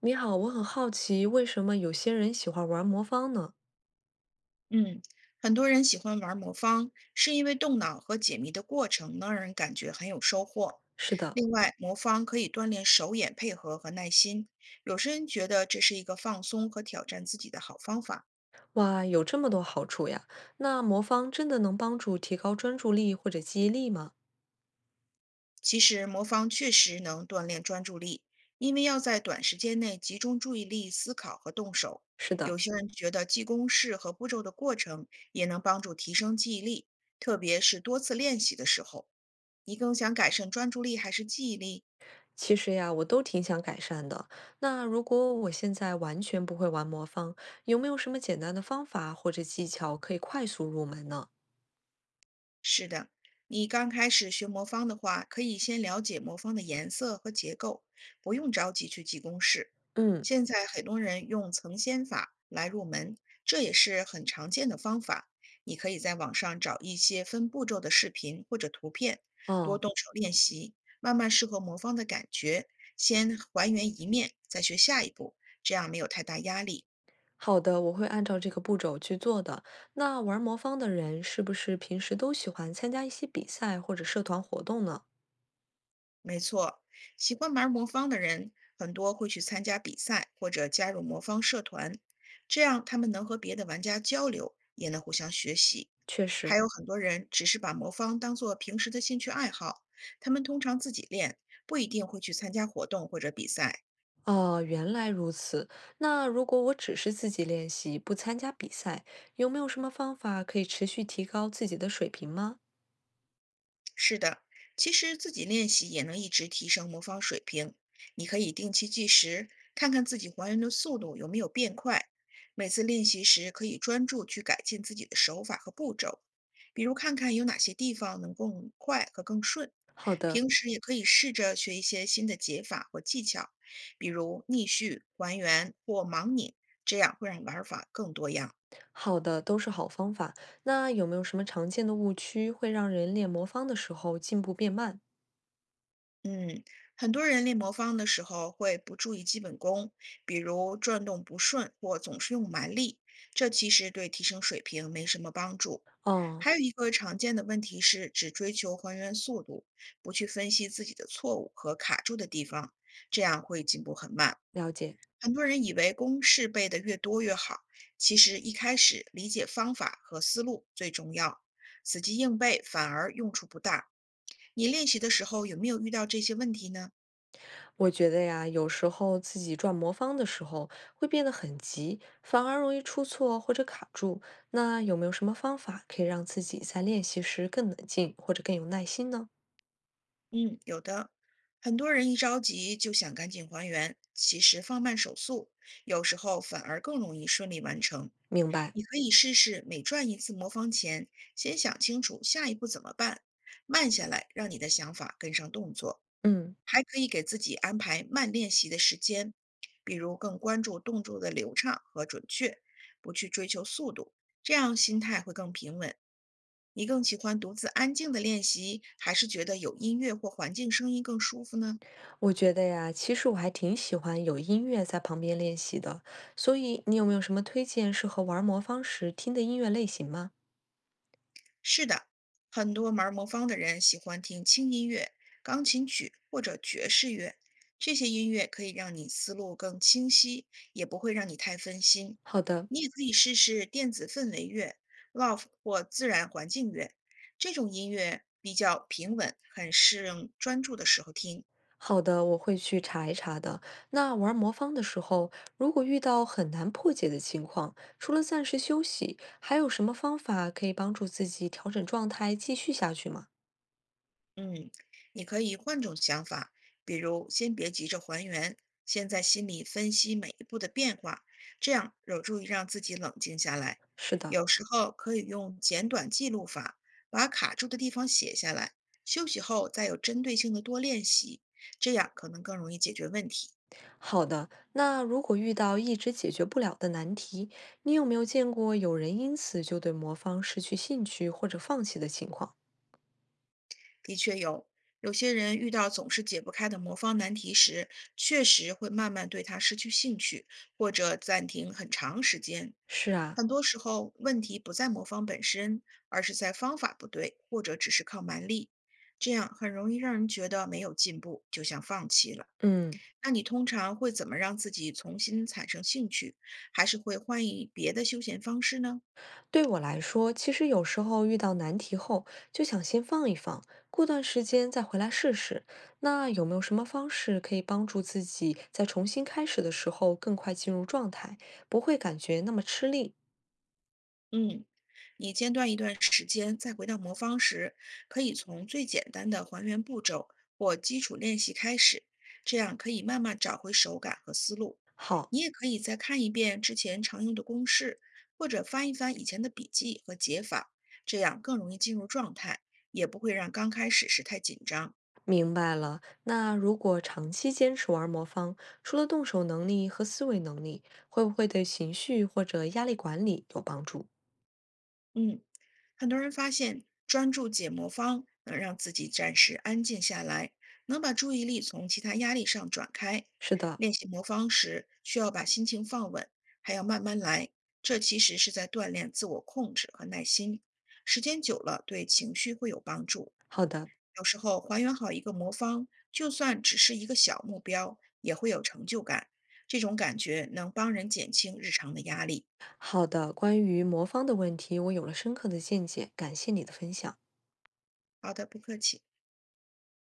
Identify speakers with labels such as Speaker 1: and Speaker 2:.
Speaker 1: 你好，我很好奇，为什么有些人喜欢玩魔方呢？
Speaker 2: 嗯，很多人喜欢玩魔方，是因为动脑和解谜的过程能让人感觉很有收获。
Speaker 1: 是的，
Speaker 2: 另外，魔方可以锻炼手眼配合和耐心，有些人觉得这是一个放松和挑战自己的好方法。
Speaker 1: 哇，有这么多好处呀！那魔方真的能帮助提高专注力或者记忆力吗？
Speaker 2: 其实魔方确实能锻炼专注力，因为要在短时间内集中注意力思考和动手。
Speaker 1: 是的，
Speaker 2: 有些人觉得记公式和步骤的过程也能帮助提升记忆力，特别是多次练习的时候。你更想改善专注力还是记忆力？
Speaker 1: 其实呀，我都挺想改善的。那如果我现在完全不会玩魔方，有没有什么简单的方法或者技巧可以快速入门呢？
Speaker 2: 你刚开始学魔方的话，可以先了解魔方的颜色和结构，不用着急去记公式。
Speaker 1: 嗯，
Speaker 2: 现在很多人用层先法来入门，这也是很常见的方法。你可以在网上找一些分步骤的视频或者图片，多
Speaker 1: 哦，
Speaker 2: 动手练习，慢慢适合魔方的感觉，先还原一面，再学下一步，这样没有太大压力。
Speaker 1: 好的，我会按照这个步骤去做的。那玩魔方的人是不是平时都喜欢参加一些比赛或者社团活动呢？
Speaker 2: 没错，喜欢玩魔方的人很多会去参加比赛或者加入魔方社团，这样他们能和别的玩家交流，也能互相学习。
Speaker 1: 确实。
Speaker 2: 还有很多人只是把魔方当做平时的兴趣爱好，他们通常自己练，不一定会去参加活动或者比赛。
Speaker 1: 哦，原来如此。那如果我只是自己练习，不参加比赛，有没有什么方法可以持续提高自己的水平吗？
Speaker 2: 是的，其实自己练习也能一直提升魔方水平。你可以定期计时，看看自己还原的速度有没有变快。每次练习时，可以专注去改进自己的手法和步骤，比如看看有哪些地方能更快和更顺。
Speaker 1: 好的，
Speaker 2: 平时也可以试着学一些新的解法或技巧，比如逆序、还原或盲拧，这样会让玩法更多样。
Speaker 1: 好的，都是好方法。那有没有什么常见的误区会让人练魔方的时候进步变慢？
Speaker 2: 嗯，很多人练魔方的时候会不注意基本功，比如转动不顺或总是用蛮力，这其实对提升水平没什么帮助。
Speaker 1: 哦，
Speaker 2: 还有一个常见的问题是，只追求还原速度，不去分析自己的错误和卡住的地方，这样会进步很慢。
Speaker 1: 了解。
Speaker 2: 很多人以为公式背得越多越好，其实一开始理解方法和思路最重要，死记硬背反而用处不大。你练习的时候有没有遇到这些问题呢？
Speaker 1: 我觉得呀，有时候自己转魔方的时候会变得很急，反而容易出错或者卡住。那有没有什么方法可以让自己在练习时更冷静或者更有耐心呢？
Speaker 2: 嗯，有的。很多人一着急就想赶紧还原，其实放慢手速，有时候反而更容易顺利完成。
Speaker 1: 明白，
Speaker 2: 你可以试试每转一次魔方前，先想清楚下一步怎么办，慢下来，让你的想法跟上动作。
Speaker 1: 嗯。
Speaker 2: 还可以给自己安排慢练习的时间，比如更关注动作的流畅和准确，不去追求速度，这样心态会更平稳。你更喜欢独自安静的练习，还是觉得有音乐或环境声音更舒服呢？
Speaker 1: 我觉得呀，其实我还挺喜欢有音乐在旁边练习的，所以你有没有什么推荐适合玩魔方时听的音乐类型吗？
Speaker 2: 是的，很多玩魔方的人喜欢听轻音乐、钢琴曲或者爵士乐，这些音乐可以让你思路更清晰，也不会让你太分心。
Speaker 1: 好的，
Speaker 2: 你也可以试试电子氛围乐、love 或自然环境乐，这种音乐比较平稳，很适应专注的时候听。
Speaker 1: 好的，我会去查一查的。那玩魔方的时候，如果遇到很难破解的情况，除了暂时休息，还有什么方法可以帮助自己调整状态，继续下去吗？
Speaker 2: 嗯，你可以换种想法，比如先别急着还原，先在心里分析每一步的变化，这样有助于让自己冷静下来。
Speaker 1: 是的。
Speaker 2: 有时候可以用简短记录法，把卡住的地方写下来，休息后再有针对性的多练习，这样可能更容易解决问题。
Speaker 1: 好的，那如果遇到一直解决不了的难题，你有没有见过有人因此就对魔方失去兴趣或者放弃的情况？
Speaker 2: 的确有，有些人遇到总是解不开的魔方难题时，确实会慢慢对它失去兴趣，或者暂停很长时间。
Speaker 1: 是啊，
Speaker 2: 很多时候，问题不在魔方本身，而是在方法不对，或者只是靠蛮力。这样很容易让人觉得没有进步，就像放弃了。
Speaker 1: 嗯，
Speaker 2: 那你通常会怎么让自己重新产生兴趣，还是会换一别的休闲方式呢？
Speaker 1: 对我来说，其实有时候遇到难题后，就想先放一放，过段时间再回来试试。那有没有什么方式可以帮助自己在重新开始的时候更快进入状态，不会感觉那么吃力？
Speaker 2: 嗯，你间断一段时间，再回到魔方时，可以从最简单的还原步骤或基础练习开始，这样可以慢慢找回手感和思路。
Speaker 1: 好，
Speaker 2: 你也可以再看一遍之前常用的公式，或者翻一翻以前的笔记和解法，这样更容易进入状态，也不会让刚开始时太紧张。
Speaker 1: 明白了。那如果长期坚持玩魔方，除了动手能力和思维能力，会不会对情绪或者压力管理有帮助？
Speaker 2: 嗯。很多人发现，专注解魔方能让自己暂时安静下来，能把注意力从其他压力上转开。
Speaker 1: 是的，
Speaker 2: 练习魔方时，需要把心情放稳，还要慢慢来。这其实是在锻炼自我控制和耐心。时间久了，对情绪会有帮助。
Speaker 1: 好的，
Speaker 2: 有时候还原好一个魔方，就算只是一个小目标，也会有成就感。这种感觉能帮人减轻日常的压力。
Speaker 1: 好的。关于魔方的问题，我有了深刻的见解，感谢你的分享。
Speaker 2: 好的，不客气。